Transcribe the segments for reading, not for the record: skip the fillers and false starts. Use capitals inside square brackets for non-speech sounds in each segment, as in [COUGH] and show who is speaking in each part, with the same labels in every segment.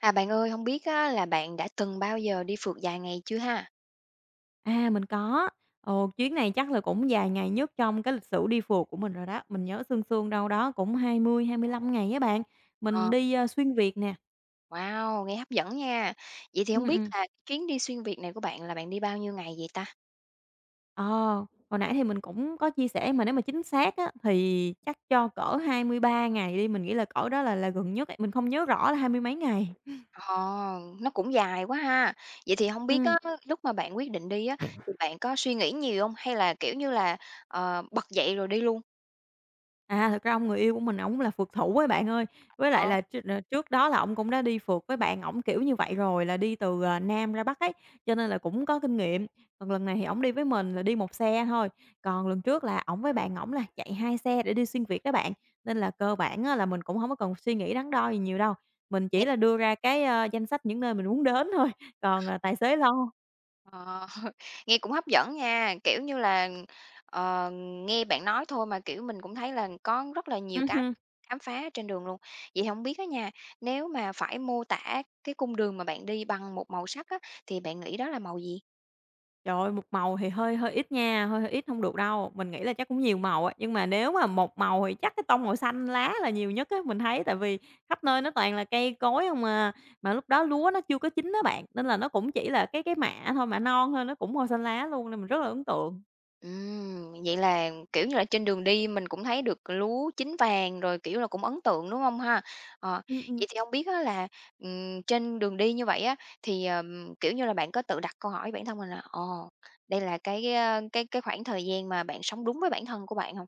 Speaker 1: À, bạn ơi, không biết á là bạn đã từng bao giờ đi phượt dài ngày chưa ha?
Speaker 2: À, mình có. Ồ, chuyến này chắc là cũng dài ngày nhất trong cái lịch sử đi phượt của mình rồi đó. Mình nhớ sương sương đâu đó cũng hai hai mươi lăm ngày á bạn. Mình
Speaker 1: Ờ,
Speaker 2: đi, xuyên Việt nè.
Speaker 1: wow, nghe hấp dẫn nha. Vậy thì
Speaker 2: Ừm,
Speaker 1: không biết
Speaker 2: ừm.
Speaker 1: là cái chuyến đi xuyên Việt này của bạn là bạn đi bao nhiêu ngày vậy ta?
Speaker 2: Ờ, hồi nãy thì mình cũng có chia sẻ mà nếu mà chính xác á, thì chắc cho cỡ 23 ngày đi, mình nghĩ là cỡ đó là gần nhất ấy, mình không nhớ rõ là hai mươi mấy ngày.
Speaker 1: Ờ, nó cũng dài quá ha. Vậy thì không biết
Speaker 2: Ừm.
Speaker 1: á, lúc mà bạn quyết định đi á, thì bạn có suy nghĩ nhiều không? Hay là, kiểu như là, bật dậy rồi đi luôn?
Speaker 2: À, thực ra ông người yêu của mình ổng là phượt thủ ấy bạn ơi. Với lại
Speaker 1: Ờ.
Speaker 2: là trước đó là ổng cũng đã đi phượt với bạn ổng, kiểu như vậy rồi, là đi từ, Nam ra Bắc ấy, cho nên là cũng có kinh nghiệm. Còn lần này thì ổng đi với mình là đi một xe thôi, còn lần trước là ổng với bạn ổng là chạy 2 xe để đi xuyên Việt đó bạn. Nên là cơ bản á là mình cũng hổng có cần suy nghĩ đắn đo gì nhiều đâu, mình chỉ là đưa ra cái, danh sách những nơi mình muốn đến thôi, còn, tài xế lo.
Speaker 1: Ờ, [LAUGHS] nghe cũng hấp dẫn nha, kiểu như là, ờ, nghe bạn nói thôi mà, kiểu, mình cũng thấy là có rất là nhiều cái
Speaker 2: Hưm.
Speaker 1: khám phá trên đường luôn. Vậy thì hổng biết á nha, nếu mà phải mô tả cái cung đường mà bạn đi bằng một màu sắc á, thì bạn nghĩ đó là màu gì?
Speaker 2: Trời ơi, một màu thì hơi hơi ít nha, hơi hơi ít không được đâu. Mình nghĩ là chắc cũng nhiều màu á, nhưng mà nếu mà một màu thì chắc cái tông màu xanh lá là nhiều nhất á, mình thấy tại vì khắp nơi nó toàn là cây cối không à. Mà lúc đó lúa nó chưa có chín đó bạn, nên là nó cũng chỉ là cái mạ thôi, mạ non thôi, nó cũng màu xanh lá luôn nên mình rất là ấn tượng.
Speaker 1: Vậy là, kiểu như là, trên đường đi mình cũng thấy được lúa chín vàng rồi, kiểu là, cũng ấn tượng, đúng không ha? Ờ,
Speaker 2: Ừm, ừm.
Speaker 1: vậy thì hông biết á là, trên đường đi như vậy á, thì, kiểu như là, bạn có tự đặt câu hỏi bản thân mình là "Ờ, đây là cái, cái khoảng thời gian mà bạn sống đúng với bản thân của bạn" không?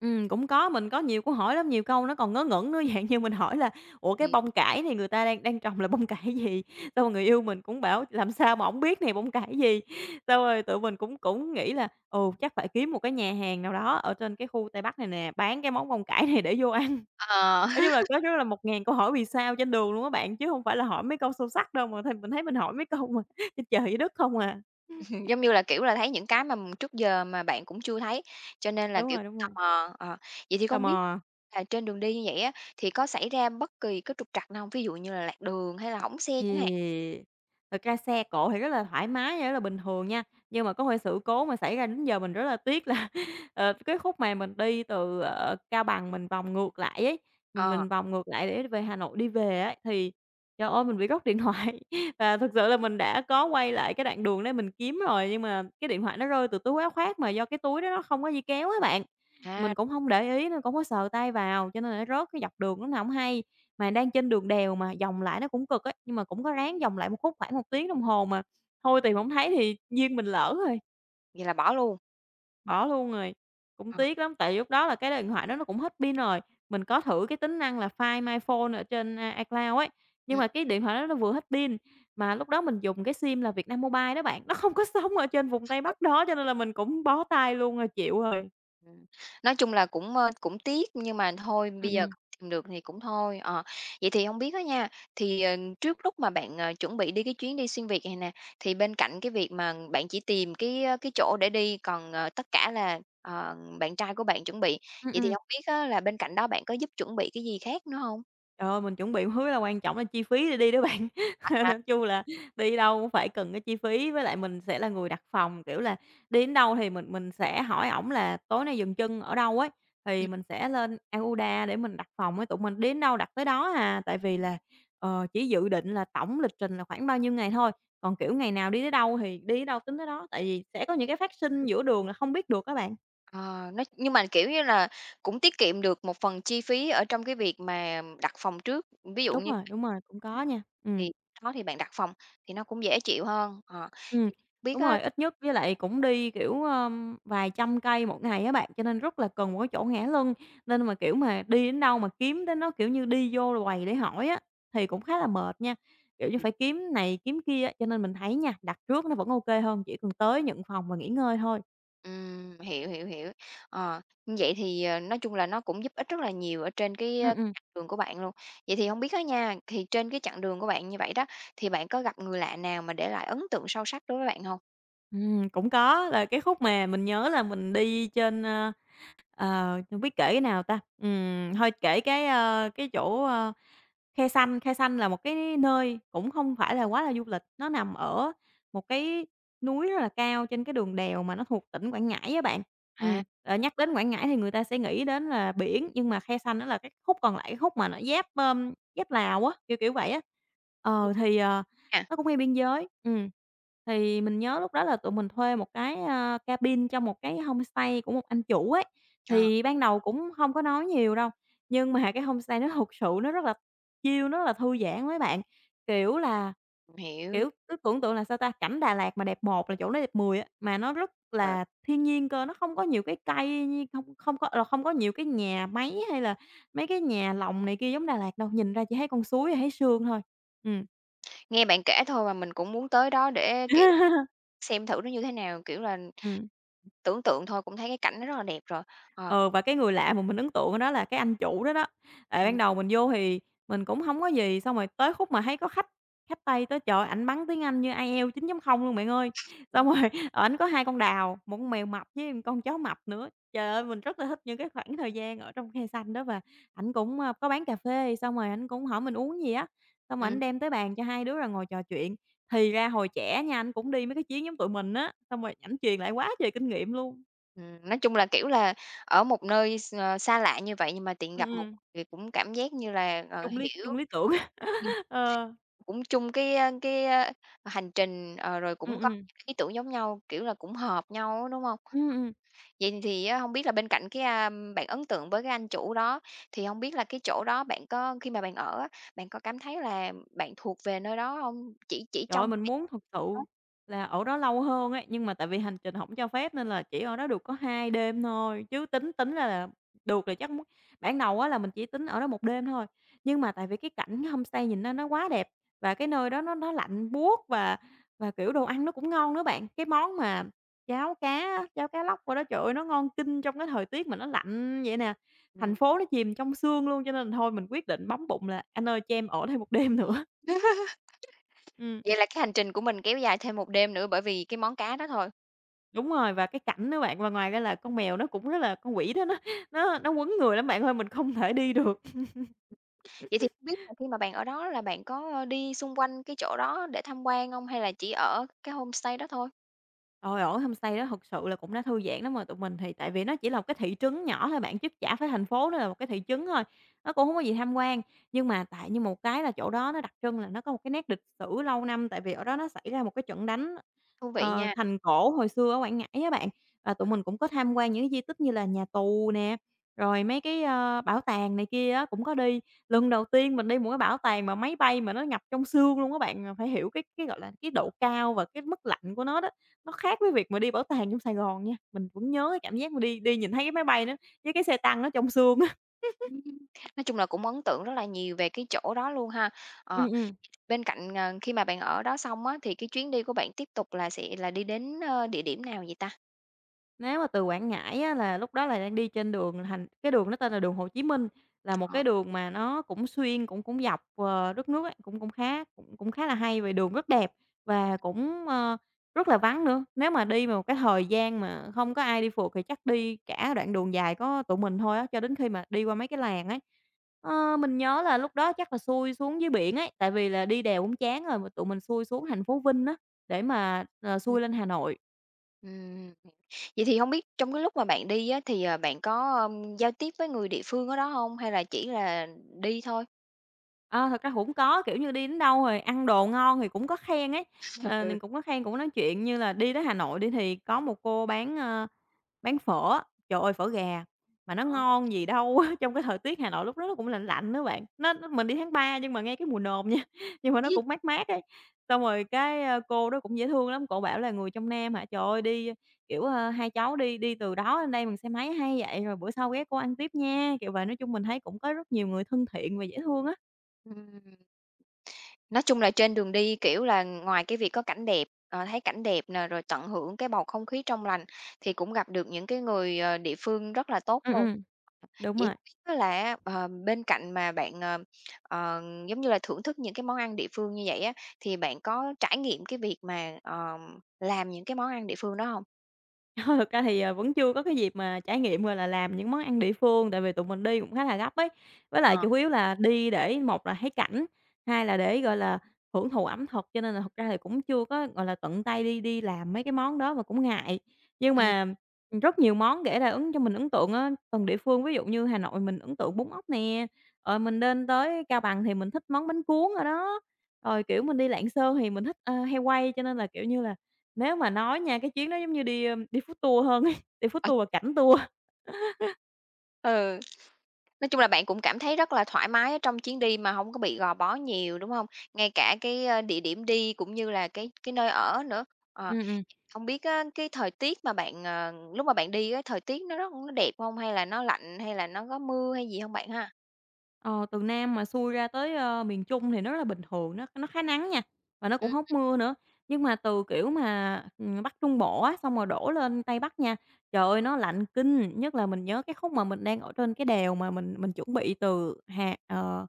Speaker 2: Cũng có, mình có nhiều câu hỏi lắm, nhiều câu nó còn ngớ ngẩn nữa, [LAUGHS] dạng như mình hỏi là "Ủa, cái
Speaker 1: Ừm,
Speaker 2: bông cải này người ta đang đang trồng là bông cải gì?" Xong rồi người yêu mình cũng bảo "Làm sao mà hổng biết này bông cải gì?" Xong rồi tụi mình cũng cũng nghĩ là ồ chắc phải kiếm một cái nhà hàng nào đó ở trên cái khu Tây Bắc này nè, bán cái món bông cải này để vô ăn."
Speaker 1: ờ,
Speaker 2: Nói chung là có rất là một ngàn câu hỏi vì sao trên đường luôn á bạn, chứ không phải là hỏi mấy câu sâu sắc đâu, mà mình thấy mình hỏi mấy câu mà [LAUGHS] trên trời dưới đất không à.
Speaker 1: [LAUGHS] giống như là, kiểu là, thấy những cái mà trước giờ mà bạn cũng chưa thấy, cho nên là, kiểu,
Speaker 2: Đúng
Speaker 1: tò
Speaker 2: rồi,
Speaker 1: mò, ờ. Vậy thì
Speaker 2: tò
Speaker 1: không
Speaker 2: mò.
Speaker 1: biết là trên đường đi như vậy á, thì có xảy ra bất kỳ cái trục trặc nào không? Ví dụ như là lạc đường hay là hỏng xe chẳng hạn.
Speaker 2: Ừm, thật ra xe cộ thì rất là thoải mái và rất là bình thường nha, nhưng mà có hơi sự cố mà xảy ra đến giờ mình rất là tiếc là, [LAUGHS] cái khúc mà mình đi từ, Cao Bằng mình vòng ngược lại ấy, mình
Speaker 1: Ờ,
Speaker 2: mình vòng ngược lại để về Hà Nội đi về ấy, thì trời ơi, mình bị rớt điện thoại. [LAUGHS] Và thực sự là mình đã có quay lại cái đoạn đường đấy mình kiếm rồi, nhưng mà cái điện thoại nó rơi từ túi áo khoác mà do cái túi đó nó không có dây kéo á bạn.
Speaker 1: à,
Speaker 2: Mình cũng hông để ý nên cũng có sờ tay vào, cho nên là nó rớt cái dọc đường lúc nào hổng hay. Mà đang trên đường đèo mà, vòng lại nó cũng cực ấy, nhưng mà cũng có ráng vòng lại một khúc khoảng một tiếng đồng hồ mà thôi tìm hổng thấy thì duyên mình lỡ rồi,
Speaker 1: vậy là bỏ luôn.
Speaker 2: bỏ luôn rồi. Cũng
Speaker 1: Ờ.
Speaker 2: tiếc lắm, tại lúc đó là cái điện thoại đó nó cũng hết pin rồi. Mình có thử cái tính năng là Find My Phone ở trên, iCloud ấy, nhưng
Speaker 1: Ừm,
Speaker 2: mà cái điện thoại đó nó vừa hết pin, mà lúc đó mình dùng cái SIM là Vietnam Mobile đó bạn, nó không có [LAUGHS] sống ở trên vùng Tây
Speaker 1: ừ,
Speaker 2: Bắc đó, cho nên là mình cũng bó tay luôn rồi, chịu rồi.
Speaker 1: ừm. Nói chung là cũng tiếc nhưng mà thôi
Speaker 2: Ừm,
Speaker 1: bây giờ
Speaker 2: ừm.
Speaker 1: không tìm được thì cũng thôi, ờ. Vậy thì hông biết á nha, thì, trước lúc mà bạn, chuẩn bị đi cái chuyến đi xuyên Việt này nè, thì bên cạnh cái việc mà bạn chỉ tìm cái chỗ để đi, còn, tất cả là, bạn trai của bạn chuẩn bị,
Speaker 2: Ừm,
Speaker 1: vậy thì
Speaker 2: ừm.
Speaker 1: hông biết á là bên cạnh đó bạn có giúp chuẩn bị cái gì khác nữa hông?
Speaker 2: Trời ơi, mình chuẩn bị một thứ là quan trọng là chi phí để đi đó bạn. [LAUGHS]
Speaker 1: À.
Speaker 2: Nói chung là đi đâu cũng phải cần cái chi phí, với lại mình sẽ là người đặt phòng, kiểu là, đi đến đâu thì mình sẽ hỏi ổng là "Tối nay dừng chân ở đâu" ấy, thì mình sẽ lên Agoda để mình đặt phòng ấy, tụi mình đến đâu đặt tới đó à. Tại vì là, chỉ dự định là tổng lịch trình là khoảng bao nhiêu ngày thôi, còn, kiểu, ngày nào đi tới đâu thì đi tới đâu tính tới đó, tại vì sẽ có những cái phát sinh giữa đường là không biết được các bạn.
Speaker 1: Ờ, nó nhưng mà, kiểu như là, cũng tiết kiệm được một phần chi phí ở trong cái việc mà đặt phòng trước. Ví dụ như
Speaker 2: Đúng rồi, cũng có nha. Ừm.
Speaker 1: thì đó, thì bạn đặt phòng thì nó cũng dễ chịu hơn. Ờ,
Speaker 2: Ừm,
Speaker 1: vậy biết
Speaker 2: đúng
Speaker 1: á
Speaker 2: rồi, ít nhất với lại cũng đi, kiểu, vài trăm cây một ngày á bạn, cho nên rất là cần một cái chỗ ngả lưng. Nên mà, kiểu, mà đi đến đâu mà kiếm đến đó, kiểu như, đi vô quầy để hỏi á, thì cũng khá là mệt nha, kiểu như, phải kiếm này kiếm kia. Cho nên mình thấy nha, đặt trước nó vẫn ô kê hơn, chỉ cần tới nhận phòng và nghỉ ngơi thôi.
Speaker 1: hiểu, hiểu, hiểu. Ờ, như vậy thì, nói chung là nó cũng giúp ích rất là nhiều ở trên cái,
Speaker 2: Ừm, ừm.
Speaker 1: chặng đường của bạn luôn. Vậy thì không biết á nha, thì trên cái chặng đường của bạn như vậy đó, thì bạn có gặp người lạ nào mà để lại ấn tượng sâu sắc đối với bạn không?
Speaker 2: Cũng có, là cái khúc mà mình nhớ là mình đi trên, hông biết kể cái nào ta? Thôi kể cái, cái chỗ, Khe Sanh. Khe Sanh là một cái nơi cũng không phải là quá là du lịch, nó nằm ở một cái núi rất là cao trên cái đường đèo mà nó thuộc tỉnh Quảng Ngãi á bạn.
Speaker 1: À.
Speaker 2: Ừm, nhắc đến Quảng Ngãi thì người ta sẽ nghĩ đến là biển, nhưng mà Khe Sanh nó là cái khúc còn lại, cái khúc mà nó giáp, giáp Lào á, kiểu vậy á. Ờ, thì,
Speaker 1: À,
Speaker 2: nó cũng ngay biên giới, thì mình nhớ lúc đó là tụi mình thuê một cái, cabin trong một cái homestay của một anh chủ ấy,
Speaker 1: ờ,
Speaker 2: thì ban đầu cũng hông có nói nhiều đâu, nhưng mà cái homestay nó thực sự nó rất là chill, nó là thư giãn mấy bạn, kiểu là,
Speaker 1: hiểu.
Speaker 2: kiểu, cứ tưởng tượng là, sao ta, cảnh Đà Lạt mà đẹp một là chỗ đó đẹp 10 á, mà nó rất
Speaker 1: Ờ.
Speaker 2: là thiên nhiên cơ, nó không có nhiều cái cây như không không có ờ, không có nhiều cái nhà máy hay là mấy cái nhà lồng này kia giống Đà Lạt đâu, nhìn ra chỉ thấy con suối, thấy sương thôi. Ừm.
Speaker 1: Nghe bạn kể thôi mà mình cũng muốn tới đó để, kiểu,
Speaker 2: [LAUGHS]
Speaker 1: xem thử nó như thế nào, kiểu là,
Speaker 2: Ừm.
Speaker 1: tưởng tượng thôi cũng thấy cái cảnh nó rất là đẹp rồi. Ờ.
Speaker 2: Ừ, và cái người lạ mà mình ấn tượng đó là cái anh chủ đó đó. Tại ban
Speaker 1: Ừm,
Speaker 2: đầu mình vô thì mình cũng hổng có gì, xong rồi tới khúc mà thấy có khách khách Tây tới, trời ơi, ảnh bắn tiếng Anh như IELTS 9.0 luôn bạn ơi. [LAUGHS] Xong
Speaker 1: ừm.
Speaker 2: rồi ảnh có 2 con đào, một con mèo mập với một con chó mập nữa. Trời ơi, mình rất là thích những cái khoảng thời gian ở trong cây xanh đó và ảnh cũng, có bán cà phê, xong rồi ảnh cũng hỏi mình uống gì á, xong rồi ảnh
Speaker 1: Ừm,
Speaker 2: đem tới bàn cho hai đứa rồi ngồi trò chuyện. Thì ra hồi trẻ nha, ảnh cũng đi mấy cái chuyến giống tụi mình á, xong rồi ảnh truyền lại quá trời kinh nghiệm luôn.
Speaker 1: nói chung là, kiểu là, ở một nơi xa lạ như vậy nhưng mà tiện
Speaker 2: Ừm,
Speaker 1: gặp một
Speaker 2: ừm.
Speaker 1: người cũng cảm giác như là,
Speaker 2: Chung lý
Speaker 1: hiểu,
Speaker 2: chung lý tưởng.
Speaker 1: ừm,
Speaker 2: [LAUGHS] Ờ,
Speaker 1: cũng chung cái hành trình, rồi
Speaker 2: ừm,
Speaker 1: cũng có
Speaker 2: ừm.
Speaker 1: ý tưởng giống nhau, kiểu là, cũng hợp nhau á, đúng hông?
Speaker 2: Ừm, ừm,
Speaker 1: Vậy thì á, hông biết là bên cạnh cái, bạn ấn tượng với cái anh chủ đó, thì không biết là cái chỗ đó bạn có khi mà bạn ở á, bạn có cảm thấy là bạn thuộc về nơi đó không? Chỉ
Speaker 2: trời ơi,
Speaker 1: trong
Speaker 2: mình muốn thật sự là ở đó lâu hơn ấy, nhưng mà tại vì hành trình hổng cho phép nên là chỉ ở đó được có 2 đêm thôi, chứ tính tính ra là được là chắc muốn ban đầu á là mình chỉ tính ở đó một đêm thôi. Nhưng mà tại vì cái cảnh cái homestay nhìn nó quá đẹp và cái nơi đó nó lạnh buốt và, kiểu, đồ ăn nó cũng ngon nữa bạn. Cái món mà cháo cá á, cháo cá lóc qua đó, trời ơi, nó ngon kinh trong cái thời tiết mà nó lạnh vậy nè, thành
Speaker 1: ừm.
Speaker 2: phố nó chìm trong sương luôn, cho nên là thôi mình quyết định bấm bụng là "Anh ơi, cho em ở thêm một đêm [LAUGHS] nữa."
Speaker 1: [LAUGHS]
Speaker 2: Ừm.
Speaker 1: Vậy là cái hành trình của mình kéo dài thêm một đêm nữa bởi vì cái món cá đó thôi.
Speaker 2: Đúng rồi, và cái cảnh đó bạn, và ngoài ra là con mèo nó cũng rất là con quỷ đó nó quấn người lắm bạn ơi, mình không thể đi được.
Speaker 1: Vậy thì hông biết là khi mà bạn ở đó là bạn có, đi xung quanh cái chỗ đó để tham quan không? Hay là chỉ ở cái homestay đó thôi?
Speaker 2: Trời ơi, homestay đó thực sự là cũng đã thư giãn lắm rồi, tụi mình thì tại vì nó chỉ là một cái thị trấn nhỏ thôi bạn, chứ chả phải thành phố, nó là một cái thị trấn thôi, nó cũng không có gì tham quan. Nhưng mà tại như một cái là chỗ đó nó đặc trưng là nó có một cái nét lịch sử lâu năm, tại vì ở đó nó xảy ra một cái trận đánh,
Speaker 1: Thú vị nha.
Speaker 2: thành cổ hồi xưa ở Quảng Ngãi á bạn. Và tụi
Speaker 1: À,
Speaker 2: mình cũng có tham quan những cái di tích như là nhà tù nè, rồi mấy cái, bảo tàng này kia á, cũng có đi. Lần đầu tiên mình đi một cái bảo tàng mà máy bay mà nó ngập trong xương luôn các bạn, à, phải hiểu cái, gọi là, cái độ cao và cái mức lạnh của nó đó. Nó khác với việc mà đi bảo tàng trong Sài Gòn nha, mình vẫn nhớ cái cảm giác mà đi đi nhìn thấy cái máy bay nó với cái xe tăng nó trong sương á.
Speaker 1: ừm, nói chung là cũng ấn tượng rất là nhiều về cái chỗ đó luôn ha.
Speaker 2: Ừ,
Speaker 1: Ờ.
Speaker 2: ừ.
Speaker 1: Bên cạnh, khi mà bạn ở đó xong á, thì cái chuyến đi của bạn tiếp tục là sẽ là đi đến, địa điểm nào vậy ta?
Speaker 2: Nếu mà từ Quảng Ngãi á là lúc đó là đang đi trên đường thành cái đường nó tên là đường Hồ Chí Minh, là một
Speaker 1: Ờ.
Speaker 2: cái đường mà nó cũng xuyên cũng cũng dọc, đất nước ấy, cũng cũng khá là hay về đường rất đẹp và cũng, rất là vắng nữa. Nếu mà đi vào một cái thời gian mà không có ai đi phượt thì chắc đi cả đoạn đường dài có tụi mình thôi á, cho đến khi mà đi qua mấy cái làng ấy. Ờ, mình nhớ là lúc đó chắc là xuôi xuống dưới biển ấy, tại vì là đi đèo cũng chán rồi mà tụi mình xuôi xuống thành phố Vinh á, để mà,
Speaker 1: Ừm.
Speaker 2: xuôi lên Hà Nội.
Speaker 1: Ừm. Vậy thì không biết trong cái lúc mà bạn đi á, thì, bạn có, giao tiếp với người địa phương ở đó không? Hay là chỉ là đi thôi?
Speaker 2: Ờ, thật ra cũng có, kiểu như, đi đến đâu rồi ăn đồ ngon thì cũng có khen ấy,
Speaker 1: [LAUGHS]
Speaker 2: ờ,
Speaker 1: Ừ.
Speaker 2: mình cũng có khen, cũng nói chuyện. Như là đi tới Hà Nội đi thì có một cô bán, bán phở, trời ơi, phở gà mà nó
Speaker 1: Ờ.
Speaker 2: ngon gì đâu á, [LAUGHS] trong cái thời tiết Hà Nội lúc đó nó cũng lạnh lạnh đó bạn, nó mình đi tháng 3 nhưng mà ngay cái mùa nồm nha, [LAUGHS] nhưng mà nó cũng mát mát ấy. Xong rồi cái, cô đó cũng dễ thương lắm, cổ bảo là "Người trong Nam hả? Trời ơi, đi, kiểu, hai cháu đi đi từ đó lên đây bằng xe máy hay vậy, rồi bữa sau ghé cô ăn tiếp nha." Kiểu vậy, nói chung mình thấy cũng có rất nhiều người thân thiện và dễ thương á.
Speaker 1: Ừm. Nói chung là trên đường đi, kiểu là, ngoài cái việc có cảnh đẹp, thấy cảnh đẹp nè, rồi tận hưởng cái bầu không khí trong lành, thì cũng gặp được những cái người, địa phương rất là tốt
Speaker 2: Ừm,
Speaker 1: luôn.
Speaker 2: ừm. Đúng
Speaker 1: Chị
Speaker 2: rồi.
Speaker 1: hông biết á là bên cạnh mà bạn, ờ, giống như là, thưởng thức những cái món ăn địa phương như vậy á, thì bạn có trải nghiệm cái việc mà, làm những cái món ăn địa phương đó không?
Speaker 2: [LAUGHS] Thực ra thì, vẫn chưa có cái dịp mà trải nghiệm, gọi là, làm những món ăn địa phương, tại vì tụi mình đi cũng khá là gấp ấy. Với lại
Speaker 1: Ờ,
Speaker 2: chủ yếu là đi để một là thấy cảnh, hai là để, gọi là, hưởng thụ ẩm thực, cho nên là thực ra thì cũng chưa có, gọi là, tận tay đi đi làm mấy cái món đó mà cũng ngại. Nhưng
Speaker 1: ừm.
Speaker 2: mà, rất nhiều món để là ứng cho mình ấn tượng á, từng địa phương, ví dụ như Hà Nội mình ấn tượng bún ốc nè, rồi mình lên tới Cao Bằng thì mình thích món bánh cuốn rồi đó. Rồi, kiểu, mình đi Lạng Sơn thì mình thích, heo quay, cho nên là, kiểu như là, nếu mà nói nha, cái chuyến đó giống như đi, đi food tour hơn ấy, đi food
Speaker 1: Ờ,
Speaker 2: tour và cảnh tour.
Speaker 1: ừ, nói chung là bạn cũng cảm thấy rất là thoải mái ở trong chuyến đi mà không có bị gò bó nhiều, đúng không? Ngay cả cái, địa điểm đi cũng như là cái nơi ở nữa. Ờ,
Speaker 2: Ừm, ừm.
Speaker 1: hông biết á, cái thời tiết mà bạn, lúc mà bạn đi á, thời tiết nó rất nó đẹp không? Hay là nó lạnh, hay là nó có mưa hay gì không bạn ha?
Speaker 2: Ờ, từ Nam mà xuôi ra tới, miền Trung thì nó rất là bình thường, nó khá nắng nha, và nó cũng
Speaker 1: Ừm,
Speaker 2: hông mưa nữa. Nhưng mà từ, kiểu, mà, Bắc Trung Bộ á, xong rồi đổ lên Tây Bắc nha, trời ơi, nó lạnh kinh! Nhất là mình nhớ cái khúc mà mình đang ở trên cái đèo mà mình chuẩn bị từ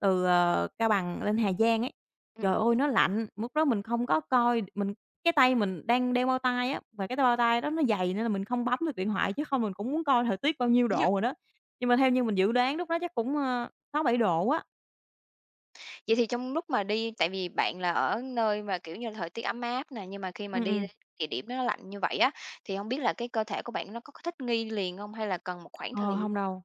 Speaker 2: từ, Cao Bằng lên Hà Giang ấy.
Speaker 1: ừm.
Speaker 2: Trời ơi, nó lạnh! Lúc đó mình không có coi, mình cái tay mình đang đeo bao tay á, và cái bao tay đó nó dày nên là mình không bấm được điện thoại, chứ không mình cũng muốn coi thời tiết bao nhiêu độ rồi đó. Nhưng mà theo như mình dự đoán lúc đó chắc cũng, sáu bảy độ á.
Speaker 1: Vậy thì trong lúc mà đi tại vì bạn là ở nơi mà, kiểu như, là thời tiết ấm áp nè, nhưng mà khi
Speaker 2: Ừ,
Speaker 1: mà đi
Speaker 2: ừ.
Speaker 1: đến địa điểm nó lạnh như vậy á, thì không biết là cái cơ thể của bạn nó có thích nghi liền không? Hay là cần một khoảng
Speaker 2: Ờ,
Speaker 1: thời gian
Speaker 2: hông đâu,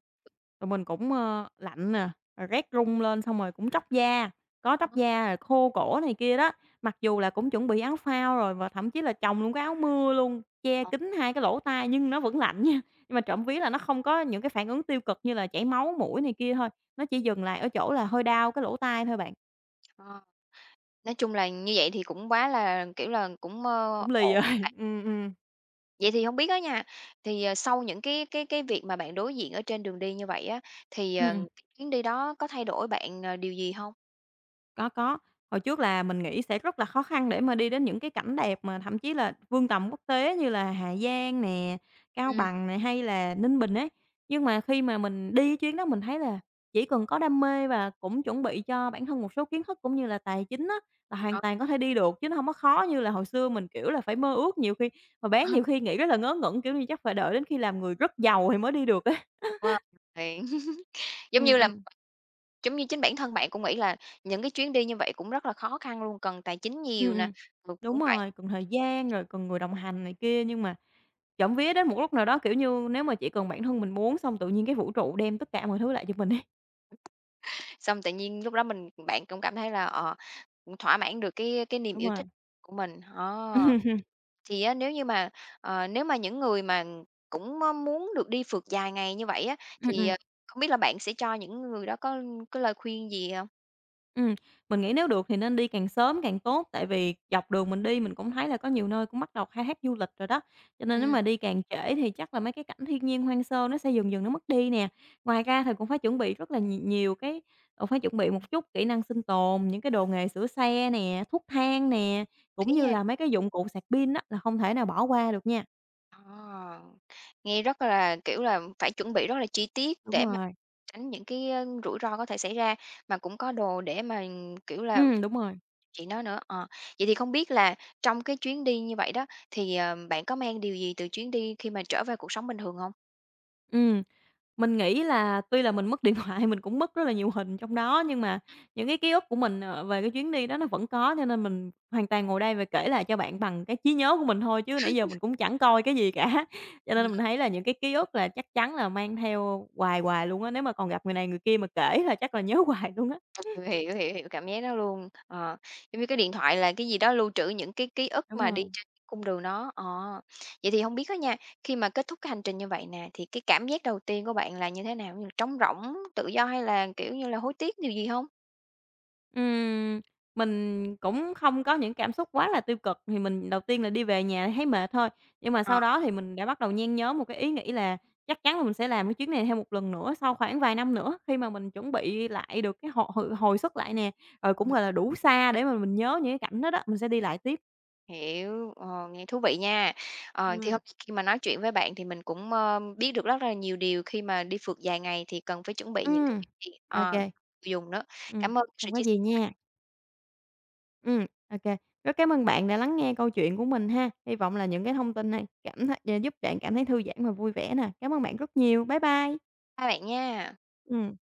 Speaker 2: tụi mình cũng, lạnh nè, rồi rét run lên xong rồi cũng tróc da, có tróc
Speaker 1: đó?
Speaker 2: da rồi khô cổ này kia đó. Mặc dù là cũng chuẩn bị áo phao rồi và thậm chí là chồng luôn cái áo mưa luôn, che
Speaker 1: ờ,
Speaker 2: kín hai cái lỗ tai nhưng nó vẫn lạnh nha. Nhưng mà trộm vía là nó không có những cái phản ứng tiêu cực như là chảy máu mũi này kia thôi, nó chỉ dừng lại ở chỗ là hơi đau cái lỗ tai thôi bạn,
Speaker 1: ờ, nói chung là như vậy thì cũng quá là, kiểu là, cũng,
Speaker 2: cũng lì
Speaker 1: ổn.
Speaker 2: rồi. [LAUGHS] Ừm.
Speaker 1: Vậy thì không biết đó nha, thì, sau những cái việc mà bạn đối diện ở trên đường đi như vậy á, thì,
Speaker 2: Ừm, ừm.
Speaker 1: cái chuyến đi đó có thay đổi bạn, điều gì không?
Speaker 2: Có, có. Hồi trước là mình nghĩ sẽ rất là khó khăn để mà đi đến những cái cảnh đẹp mà thậm chí là vương tầm quốc tế như là Hà Giang nè, Cao
Speaker 1: Ừm,
Speaker 2: Bằng nè, hay là Ninh Bình ấy. Nhưng mà khi mà mình đi cái chuyến đó mình thấy là chỉ cần có đam mê và cũng chuẩn bị cho bản thân một số kiến thức cũng như là tài chính á, là hoàn
Speaker 1: ờ,
Speaker 2: toàn có thể đi được, chứ nó hông có khó như là hồi xưa mình, kiểu là, phải mơ ước. Nhiều khi mà bé nhiều
Speaker 1: [LAUGHS]
Speaker 2: khi nghĩ rất là ngớ ngẩn, kiểu như, chắc phải đợi đến khi làm người rất giàu thì mới đi được á.
Speaker 1: đúng rồi. [LAUGHS] Giống như
Speaker 2: Ừm,
Speaker 1: là
Speaker 2: ừm.
Speaker 1: Giống như chính bản thân bạn cũng nghĩ là những cái chuyến đi như vậy cũng rất là khó khăn luôn, cần tài chính
Speaker 2: Ừm,
Speaker 1: nhiều nè,
Speaker 2: ừm.
Speaker 1: ừ,
Speaker 2: Đúng
Speaker 1: cũng phải
Speaker 2: rồi, cần thời gian, rồi cần người đồng hành này kia, nhưng mà trộm vía đến một lúc nào đó, kiểu như, nếu mà chỉ cần bản thân mình muốn xong tự nhiên cái vũ trụ đem tất cả mọi thứ lại cho mình ấy.
Speaker 1: xong tự nhiên lúc đó mình bạn cũng cảm thấy là, cũng thỏa mãn được cái niềm
Speaker 2: Đúng
Speaker 1: yêu
Speaker 2: rồi.
Speaker 1: thích của mình. Ờ,
Speaker 2: [LAUGHS]
Speaker 1: thì á nếu mà những người mà cũng, muốn được đi phượt dài ngày như vậy á,
Speaker 2: Ừm,
Speaker 1: thì,
Speaker 2: ừm.
Speaker 1: không biết là bạn sẽ cho những người đó có cái lời khuyên gì không?
Speaker 2: Ừm, mình nghĩ nếu được thì nên đi càng sớm càng tốt, tại vì dọc đường mình đi mình cũng thấy là có nhiều nơi cũng bắt đầu khai thác du lịch rồi đó, cho nên nếu
Speaker 1: Ừm,
Speaker 2: mà đi càng trễ thì chắc là mấy cái cảnh thiên nhiên hoang sơ nó sẽ dần dần nó mất đi nè. Ngoài ra thì cũng phải chuẩn bị rất là nhiều nhiều cái phải chuẩn bị một chút kỹ năng sinh tồn, những cái đồ nghề sửa xe nè, thuốc thang nè, cũng
Speaker 1: đấy
Speaker 2: như
Speaker 1: nha.
Speaker 2: là mấy cái dụng cụ sạc pin á là không thể nào bỏ qua được nha.
Speaker 1: Ờ, nghe rất là, kiểu là, phải chuẩn bị rất là chi tiết
Speaker 2: Đúng
Speaker 1: để
Speaker 2: rồi,
Speaker 1: tránh những cái, rủi ro có thể xảy ra, mà cũng có đồ để mà, kiểu là
Speaker 2: đúng rồi,
Speaker 1: chị nói nữa. Ờ, vậy thì không biết là trong cái chuyến đi như vậy đó, thì, bạn có mang điều gì từ chuyến đi khi mà trở về cuộc sống bình thường không?
Speaker 2: ừm. Mình nghĩ là tuy là mình mất điện thoại, [LAUGHS] mình cũng mất rất là nhiều hình trong đó, nhưng mà những cái ký ức của mình, về cái chuyến đi đó nó vẫn có, cho nên mình hoàn toàn ngồi đây và kể lại cho bạn bằng cái trí nhớ của mình thôi, chứ nãy giờ mình cũng chẳng coi cái gì cả. [LAUGHS] Cho nên mình thấy là những cái ký ức là chắc chắn là mang theo hoài hoài luôn á, nếu mà còn gặp người này người kia mà kể là chắc là nhớ [LAUGHS] hoài luôn á.
Speaker 1: Hiểu, hiểu, hiểu, cảm giác đó luôn. Ờ, giống như cái điện thoại là cái gì đó lưu trữ những cái ký ức
Speaker 2: Đúng
Speaker 1: mà đi
Speaker 2: rồi.
Speaker 1: trên cái cung đường đó. Ờ, vậy thì không biết á nha, khi mà kết thúc cái hành trình như vậy nè, thì cái cảm giác đầu tiên của bạn là như thế nào? Như trống rỗng, tự do hay là, kiểu như là, hối tiếc điều gì không?
Speaker 2: Ừm, mình cũng không có những cảm xúc quá là tiêu cực, thì mình đầu tiên là đi về nhà thấy mệt thôi, nhưng mà sau
Speaker 1: Ờ.
Speaker 2: đó thì mình đã bắt đầu nhen nhóm một cái ý nghĩ là chắc chắn là mình sẽ làm cái chuyến này thêm một lần nữa sau khoảng vài năm nữa, khi mà mình chuẩn bị lại được cái hồi hồi hồi sức lại nè, rồi cũng, gọi là, đủ xa để mà mình nhớ những cái cảnh đó đó, mình sẽ đi lại tiếp.
Speaker 1: Hiểu, nghe thú vị nha. Ờ, thì hôm khi mà nói chuyện với bạn thì mình cũng, biết được rất là nhiều điều khi mà đi phượt dài ngày thì cần phải chuẩn bị
Speaker 2: Ừm, ok.
Speaker 1: những cái
Speaker 2: Ừm,
Speaker 1: chuyện gì,
Speaker 2: ô kê.
Speaker 1: dùng đó. Cảm ơn sự
Speaker 2: Không có
Speaker 1: chia sẻ
Speaker 2: gì nha. Ok. Rất cảm ơn bạn đã lắng nghe câu chuyện của mình ha. Hy vọng là những cái thông tin này cảm thấy giúp bạn cảm thấy thư giãn và vui vẻ nè. Cảm ơn bạn rất nhiều. Bye bye.
Speaker 1: của các bạn nha.
Speaker 2: Ừ.